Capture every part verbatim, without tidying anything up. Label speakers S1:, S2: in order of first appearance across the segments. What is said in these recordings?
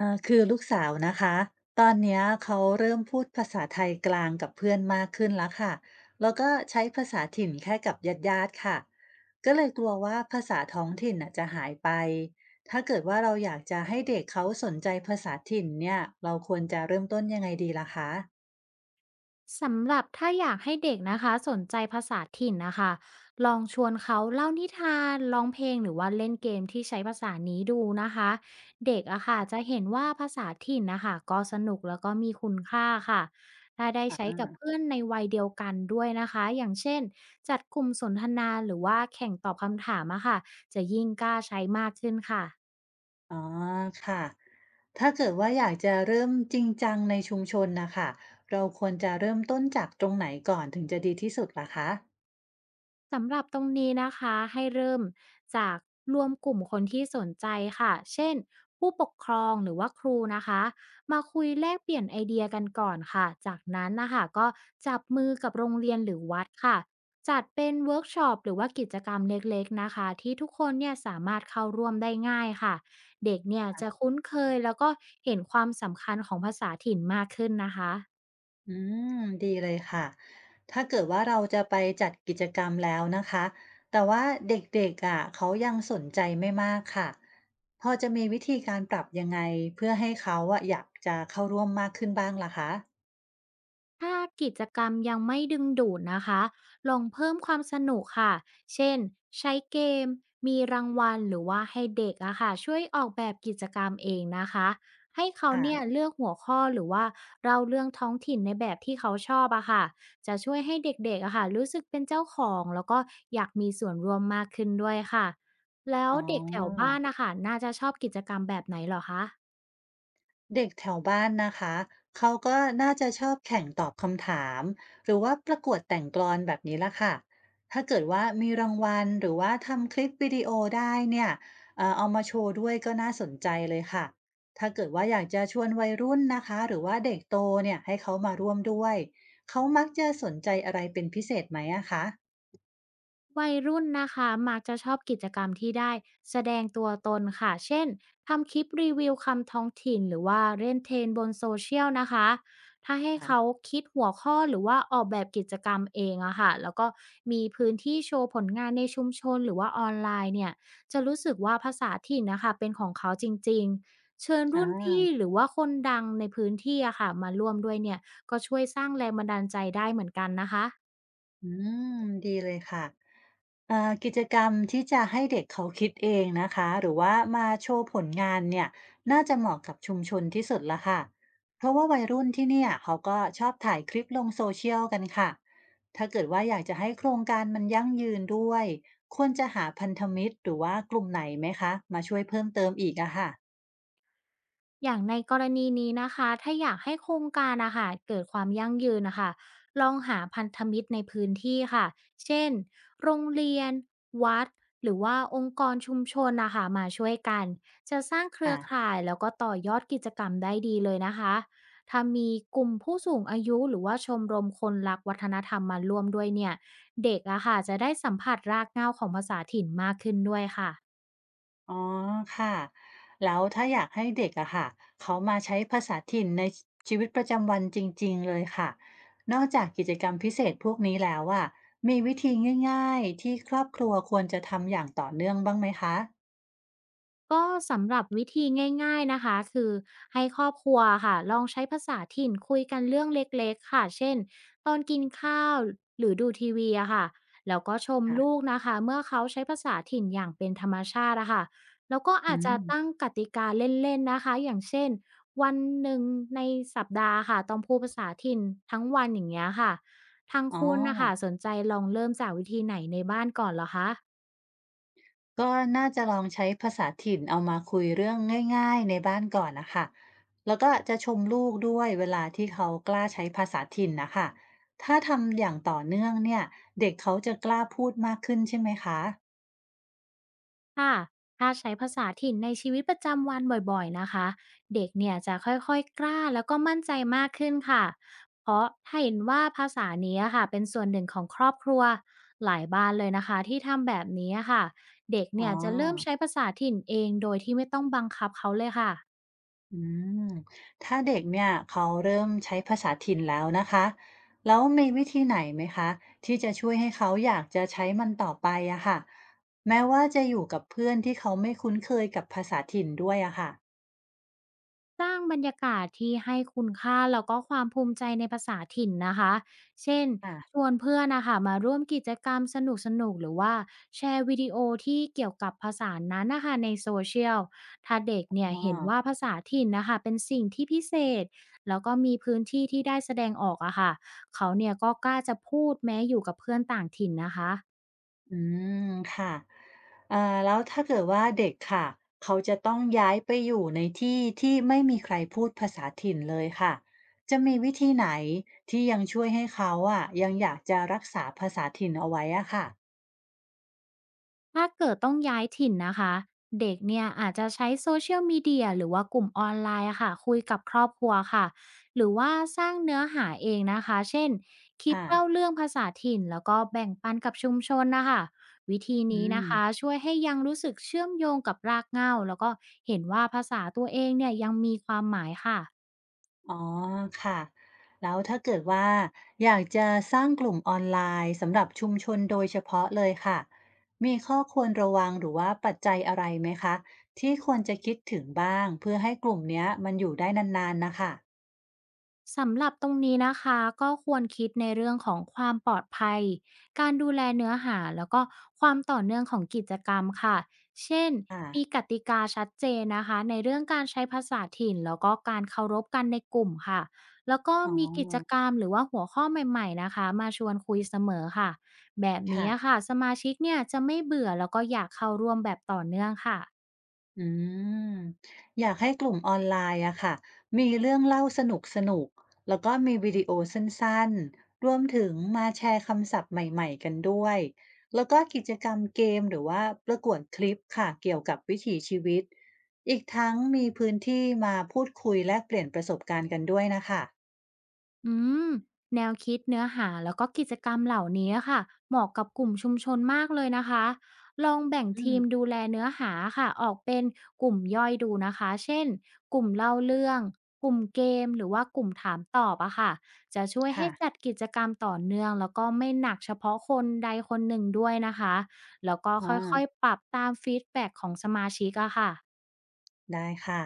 S1: อ่าคือลูกสาวนะคะตอนเนี้ยเขาเริ่มพูดภาษาไทยกลางกับเพื่อนมากขึ้นแล้วค่ะแล้วก็ใช้ภาษาถิ่นแค่กับญาติญาติค่ะก็เลยกลัวว่าภาษาท้องถิ่นน่ะจะหายไปถ้าเกิดว่าเราอยากจะให้เด็กเขาสนใจภาษาถิ่นเนี่ยเราควรจะเริ่มต้นยังไงดีล่ะคะ
S2: สำหรับถ้าอยากให้เด็กนะคะสนใจภาษาถิ่นนะคะลองชวนเขาเล่านิทานร้องเพลงหรือว่าเล่นเกมที่ใช้ภาษานี้ดูนะคะเด็กอะค่ะจะเห็นว่าภาษาถิ่นนะคะก็สนุกแล้วก็มีคุณค่าค่ะถ้าได้ใช้กับเพื่อนในวัยเดียวกันด้วยนะคะอย่างเช่นจัดกลุ่มสนทนาหรือว่าแข่งตอบคำถามอะค่ะจะยิ่งกล้าใช้มากขึ้นค่ะ
S1: อ๋อค่ะถ้าเกิดว่าอยากจะเริ่มจริงจังในชุมชนนะคะเราควรจะเริ่มต้นจากตรงไหนก่อนถึงจะดีที่สุดล่ะคะ
S2: สำหรับตรงนี้นะคะให้เริ่มจากรวมกลุ่มคนที่สนใจค่ะเช่นผู้ปกครองหรือว่าครูนะคะมาคุยแลกเปลี่ยนไอเดียกันก่อนค่ะจากนั้นนะคะก็จับมือกับโรงเรียนหรือวัดค่ะจัดเป็นเวิร์กช็อปหรือว่ากิจกรรมเล็กๆนะคะที่ทุกคนเนี่ยสามารถเข้าร่วมได้ง่ายค่ะเด็กเนี่ยจะคุ้นเคยแล้วก็เห็นความสำคัญของภาษาถิ่นมากขึ้นนะคะ
S1: อืมดีเลยค่ะถ้าเกิดว่าเราจะไปจัดกิจกรรมแล้วนะคะแต่ว่าเด็กๆอ่ะเขายังสนใจไม่มากค่ะพอจะมีวิธีการปรับยังไงเพื่อให้เขาอ่ะอยากจะเข้าร่วมมากขึ้นบ้างล่ะคะ
S2: ถ้ากิจกรรมยังไม่ดึงดูดนะคะ ลองเพิ่มความสนุกค่ะ เช่นใช้เกมมีรางวัลหรือว่าให้เด็กอะค่ะช่วยออกแบบกิจกรรมเองนะคะให้เขา
S1: ค่ะ
S2: เนี่ยเลือกหัวข้อหรือว่าเราเรื่องท้องถิ่นในแบบที่เขาชอบอะค่ะจะช่วยให้เด็กๆอะค่ะรู้สึกเป็นเจ้าของแล้วก็อยากมีส่วนร่วมมากขึ้นด้วยค่ะ แล้ว
S1: อ๋อ
S2: เด็กแถวบ้านนะคะน่าจะชอบกิจกรรมแบบไหนเหรอคะ
S1: เด็กแถวบ้านนะคะเขาก็น่าจะชอบแข่งตอบคำถามหรือว่าประกวดแต่งกลอนแบบนี้ละค่ะถ้าเกิดว่ามีรางวัลหรือว่าทำคลิปวิดีโอได้เนี่ยเอ่อเอามาโชว์ด้วยก็น่าสนใจเลยค่ะถ้าเกิดว่าอยากจะชวนวัยรุ่นนะคะหรือว่าเด็กโตเนี่ยให้เขามาร่วมด้วยเขามักจะสนใจอะไรเป็นพิเศษไหมอะคะ
S2: วัยรุ่นนะคะมักจะชอบกิจกรรมที่ได้แสดงตัวตนค่ะเช่นทำคลิปรีวิวคำท้องถิ่นหรือว่าเล่นเทรนบนโซเชียลนะคะถ้าให้เขา
S1: ค่ะ
S2: คิดหัวข้อหรือว่าออกแบบกิจกรรมเองอะค่ะแล้วก็มีพื้นที่โชว์ผลงานในชุมชนหรือว่าออนไลน์เนี่ยจะรู้สึกว่าภาษาถิ่นนะคะเป็นของเขาจริงๆเชิญ
S1: อ่
S2: รุ่นพี่
S1: า
S2: หรือว่าคนดังในพื้นที่อะค่ะมาร่วมด้วยเนี่ยก็ช่วยสร้างแรงบันดาลใจได้เหมือนกันนะคะ
S1: อืมดีเลยค่ะ เอ่ากิจกรรมที่จะให้เด็กเขาคิดเองนะคะหรือว่ามาโชว์ผลงานเนี่ยน่าจะเหมาะกับชุมชนที่สุดละค่ะเพราะว่าวัยรุ่นที่เนี่ยเขาก็ชอบถ่ายคลิปลงโซเชียลกันค่ะถ้าเกิดว่าอยากจะให้โครงการมันยั่งยืนด้วยควรจะหาพันธมิตรหรือว่ากลุ่มไหนไหมคะมาช่วยเพิ่มเติมอีกอะค่ะ
S2: อย่างในกรณีนี้นะคะ ถ้าอยากให้โครงการอะค่ะเกิดความยั่งยืนนะคะ ลองหาพันธมิตรในพื้นที่ค่ะ เช่นโรงเรียนวัดหรือว่าองค์กรชุมชนนะคะมาช่วยกัน จะสร้างเครื
S1: ค่ะ
S2: อข่ายแล้วก็ต่อยอดกิจกรรมได้ดีเลยนะคะถ้ามีกลุ่มผู้สูงอายุหรือว่าชมรมคนรักวัฒนธรรมมาร่วมด้วยเนี่ยเด็กอะค่ะจะได้สัมผัสรากเหง้าของภาษาถิ่นมากขึ้นด้วยค่ะ
S1: อ๋อค่ะแล้วถ้าอยากให้เด็กอะค่ะเขามาใช้ภาษาถิ่นในชีวิตประจำวันจริงๆเลยค่ะนอกจากกิจกรรมพิเศษพวกนี้แล้วอะมีวิธีง่ายๆที่ครอบครัวควรจะทำอย่างต่อเนื่องบ้างไหมคะ
S2: ก็สำหรับวิธีง่ายๆนะคะคือให้ครอบครัวค่ะลองใช้ภาษาถิ่นคุยกันเรื่องเล็กๆค่ะเช่นตอนกินข้าวหรือดูทีวีอะค่ะแล้วก็ชม
S1: ค่ะ
S2: ลูกนะคะเมื่อเขาใช้ภาษาถิ่นอย่างเป็นธรรมชาติอะค่ะแล้วก็
S1: อื
S2: อาจจะ
S1: ม
S2: ตั้งกติกาเล่นๆนะคะอย่างเช่นวันหนึ่งในสัปดาห์ค่ะต้องพูดภาษาถิ่นทั้งวันอย่างเงี้ยค่ะทาง
S1: อ๋อ
S2: คุณนะคะสนใจลองเริ่มจากวิธีไหนในบ้านก่อนเหรอคะ
S1: ก็น่าจะลองใช้ภาษาถิ่นเอามาคุยเรื่องง่ายๆในบ้านก่อนนะคะแล้วก็จะชมลูกด้วยเวลาที่เขากล้าใช้ภาษาถิ่นนะคะถ้าทำอย่างต่อเนื่องเนี่ยเด็กเขาจะกล้าพูดมากขึ้นใช่ไหมคะ
S2: ค่ะถ้าใช้ภาษาถิ่นในชีวิตประจำวันบ่อยๆนะคะ เด็กเนี่ยจะค่อยๆ กล้าแล้วก็มั่นใจมากขึ้นค่ะ เพราะถ้าเห็นว่าภาษานี้ค่ะเป็นส่วนหนึ่งของครอบครัวหลายบ้านเลยนะคะที่ทำแบบนี้ค่ะเด็ก
S1: อ๋อ
S2: เนี่ยจะเริ่มใช้ภาษาถิ่นเองโดยที่ไม่ต้องบังคับเขาเลยค่ะ
S1: อืมถ้าเด็กเนี่ยเขาเริ่มใช้ภาษาถิ่นแล้วนะคะแล้วมีวิธีไหนไหมคะที่จะช่วยให้เขาอยากจะใช้มันต่อไปอะค่ะแม้ว่าจะอยู่กับเพื่อนที่เขาไม่คุ้นเคยกับภาษาถิ่นด้วยอะค่
S2: สร้างบรรยากาศที่ให้คุณค่าแล้วก็ความภูมิใจในภาษาถิ่นนะคะเช่น
S1: ะ
S2: ชวนเพื่อนนะคะมาร่วมกิจกรรมสนุกๆหรือว่าแชร์วิดีโอที่เกี่ยวกับภาษานั้นนะคะในโซเชียล ถ้าเด็กเนี่ย
S1: อ๋อ
S2: เห็นว่าภาษาถิ่นนะคะเป็นสิ่งที่พิเศษแล้วก็มีพื้นที่ที่ได้แสดงออกอะค่ะเขาเนี่ยก็กล้าจะพูดแม้อยู่กับเพื่อนต่างถิ่นนะคะ
S1: อืมค่ะอ่าแล้วถ้าเกิดว่าเด็กค่ะเขาจะต้องย้ายไปอยู่ในที่ที่ไม่มีใครพูดภาษาถิ่นเลยค่ะจะมีวิธีไหนที่ยังช่วยให้เขาอะยังอยากจะรักษาภาษาถิ่นเอาไว้อะค่ะ
S2: ถ้าเกิดต้องย้ายถิ่นนะคะเด็กเนี่ยอาจจะใช้โซเชียลมีเดียหรือว่ากลุ่มออนไลน์อะค่ะคุยกับครอบครัวค่ะหรือว่าสร้างเนื้อหาเองนะคะเช่นคลิป
S1: ค่ะ
S2: เล่าเรื่องภาษาถิ่นแล้วก็แบ่งปันกับชุมชนนะคะวิธี
S1: อื
S2: นี้นะคะ
S1: ม
S2: ช่วยให้ยังรู้สึกเชื่อมโยงกับรากเหง้าแล้วก็เห็นว่าภาษาตัวเองเนี่ยยังมีความหมายค่ะ
S1: อ๋อค่ะแล้วถ้าเกิดว่าอยากจะสร้างกลุ่มออนไลน์สำหรับชุมชนโดยเฉพาะเลยค่ะมีข้อควรระวังหรือว่าปัจจัยอะไรไหมคะที่ควรจะคิดถึงบ้างเพื่อให้กลุ่มเนี้ยมันอยู่ได้นานๆนะคะ
S2: สำหรับตรงนี้นะคะก็ควรคิดในเรื่องของความปลอดภัยการดูแลเนื้อหาแล้วก็ความต่อเนื่องของกิจกรรมค่ะเช่นมี
S1: ค่ะ
S2: กติกาชัดเจนนะคะในเรื่องการใช้ภาษาถิ่นแล้วก็การเคารพกันในกลุ่มค่ะแล้วก็
S1: อ๋อ
S2: มีกิจกรรมหรือว่าหัวข้อใหม่ๆนะคะมาชวนคุยเสมอค่ะแบบ
S1: ค่ะ
S2: นี้ค่ะสมาชิกเนี่ยจะไม่เบื่อแล้วก็อยากเข้าร่วมแบบต่อเนื่องค่ะ
S1: อืมอยากให้กลุ่มออนไลน์อะค่ะมีเรื่องเล่าสนุกๆแล้วก็มีวิดีโอสั้นๆรวมถึงมาแชร์คำศัพท์ใหม่ๆกันด้วยแล้วก็กิจกรรมเกมหรือว่าประกวดคลิปค่ะเกี่ยวกับวิถีชีวิตอีกทั้งมีพื้นที่มาพูดคุยแลกเปลี่ยนประสบการณ์กันด้วยนะคะ
S2: อืมแนวคิดเนื้อหาแล้วก็กิจกรรมเหล่านี้ค่ะเหมาะกับกลุ่มชุมชนมากเลยนะคะลองแบ่ง
S1: อื
S2: ทีม
S1: ม
S2: ดูแลเนื้อหาค่ะออกเป็นกลุ่มย่อยดูนะคะเช่นกลุ่มเล่าเรื่องกลุ่มเกมหรือว่ากลุ่มถามตอบอะค่ะจะช่วยให้
S1: ค่ะ
S2: จัดกิจกรรมต่อเนื่องแล้วก็ไม่หนักเฉพาะคนใดคนหนึ่งด้วยนะคะแล้วก็
S1: อ
S2: ค่อย
S1: า
S2: ๆปรับตามฟีดแบ็กของสมาชิกอะค่ะ
S1: ได้ค่ะ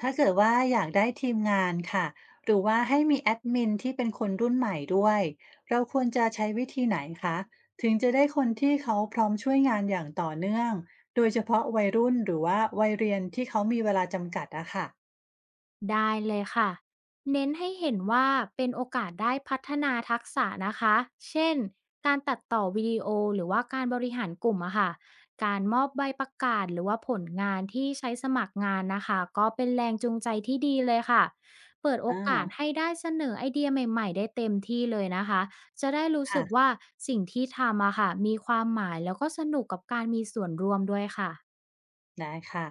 S1: ถ้าเกิดว่าอยากได้ทีมงานค่ะ หรือว่าให้มีแอดมินที่เป็นคนรุ่นใหม่ด้วย เราควรจะใช้วิธีไหนคะถึงจะได้คนที่เขาพร้อมช่วยงานอย่างต่อเนื่อง โดยเฉพาะวัยรุ่นหรือว่าวัยเรียนที่เขามีเวลาจำกัดอะค่ะ
S2: ได้เลยค่ะเน้นให้เห็นว่าเป็นโอกาสได้พัฒนาทักษะนะคะเช่นการตัดต่อวิดีโอหรือว่าการบริหารกลุ่มอะค่ะการมอบใบประกาศหรือว่าผลงานที่ใช้สมัครงานนะคะก็เป็นแรงจูงใจที่ดีเลยค่ะเปิดโอ
S1: อา
S2: กาสให้ได้เสนอไอเดียใหม่ๆได้เต็มที่เลยนะคะจะได้รู้สึก
S1: ค่ะ
S2: ว่าสิ่งที่ทำอะค่ะมีความหมายแล้วก็สนุกกับการมีส่วนร่วมด้วยค่ะ
S1: ได้ค่ะ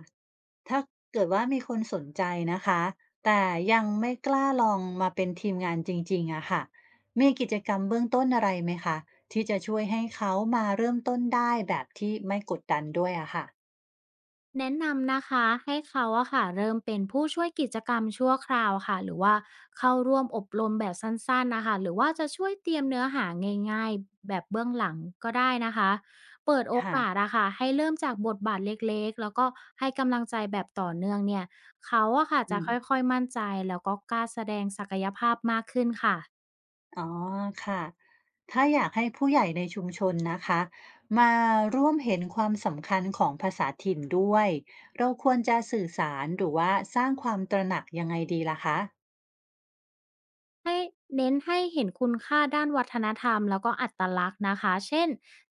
S1: ถ้าเกิดว่ามีคนสนใจนะคะแต่ยังไม่กล้าลองมาเป็นทีมงานจริงๆอะค่ะมีกิจกรรมเบื้องต้นอะไรไหมคะที่จะช่วยให้เขามาเริ่มต้นได้แบบที่ไม่กดดันด้วยอะค่ะ
S2: แนะนำนะคะให้เขาอะค่ะเริ่มเป็นผู้ช่วยกิจกรรมชั่วคราวค่ะหรือว่าเข้าร่วมอบรมแบบสั้นๆนะคะหรือว่าจะช่วยเตรียมเนื้อหาง่ายๆแบบเบื้องหลังก็ได้นะคะเปิดโอกาส
S1: ค่ะ
S2: อะค่ะให้เริ่มจากบทบาทเล็กๆแล้วก็ให้กำลังใจแบบต่อเนื่องเนี่ยเขาอะค่ะ
S1: อื
S2: จะค
S1: ม
S2: ่อยๆมั่นใจแล้วก็กล้าแสดงศักยภาพมากขึ้นค่ะ
S1: อ๋อค่ะถ้าอยากให้ผู้ใหญ่ในชุมชนนะคะมาร่วมเห็นความสำคัญของภาษาถิ่นด้วยเราควรจะสื่อสารหรือว่าสร้างความตระหนักยังไงดีล่ะคะ
S2: ให้เน้นให้เห็นคุณค่าด้านวัฒนธรรมแล้วก็อัตลักษณ์นะคะ เช่น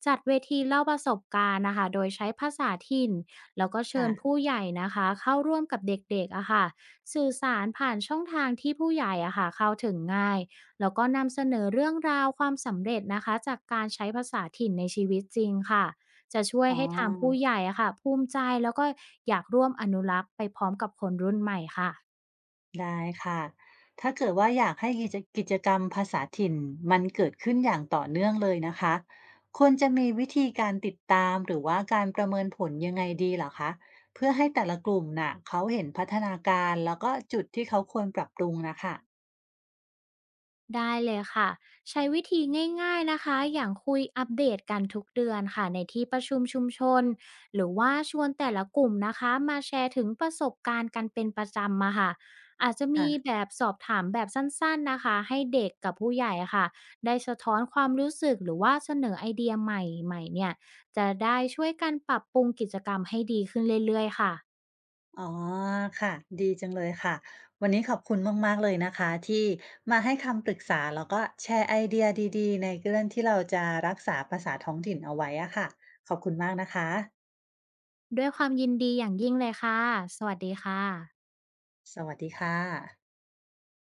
S2: จัดเวทีเล่าประสบการณ์นะคะโดยใช้ภาษาถิ่นแล้วก็เชิญ
S1: ค่ะ
S2: ผู้ใหญ่นะคะเข้าร่วมกับเด็กๆอะค่ะสื่อสารผ่านช่องทางที่ผู้ใหญ่อะค่ะเข้าถึงง่ายแล้วก็นำเสนอเรื่องราวความสำเร็จนะคะจากการใช้ภาษาถิ่นในชีวิตจริงค่ะจะช่วย
S1: อ๋
S2: ให้ทางผู้
S1: อ
S2: ใหญ่อะค่ะภูมิใจแล้วก็อยากร่วมอนุรักษ์ไปพร้อมกับคนรุ่นใหม่ค่ะ
S1: ได้ค่ะ ถ้าเกิดว่าอยากให้กิจกิจกรรมภาษาถิ่นมันเกิดขึ้นอย่างต่อเนื่องเลยนะคะควรจะมีวิธีการติดตามหรือว่าการประเมินผลยังไงดีเหรอคะเพื่อให้แต่ละกลุ่มน่ะเขาเห็นพัฒนาการแล้วก็จุดที่เขาควรปรับปรุงนะค่ะ
S2: ได้เลยค่ะใช้วิธีง่ายๆนะคะอย่างคุยอัปเดตกันทุกเดือนค่ะในที่ประชุมชุมชนหรือว่าชวนแต่ละกลุ่มนะคะมาแชร์ถึงประสบการณ์กันเป็นประจำมาค่ะอาจจะมี
S1: ค่ะ
S2: แบบสอบถามแบบสั้นๆนะคะให้เด็กกับผู้ใหญ่ค่ะได้สะท้อนความรู้สึกหรือว่าเสนอไอเดียใหม่ๆเนี่ยจะได้ช่วยกันปรับปรุงกิจกรรมให้ดีขึ้นเรื่อยๆค่ะ
S1: อ๋อค่ะดีจังเลยค่ะวันนี้ขอบคุณมากๆเลยนะคะที่มาให้คำปรึกษาแล้วก็แชร์ไอเดียดีๆในเรื่องที่เราจะรักษาภาษาท้องถิ่นเอาไว้อะค่ะขอบคุณมากนะคะ
S2: ด้วยความยินดีอย่างยิ่งเลยค่ะสวัสดีค่ะ
S1: สวัสดีค่ะ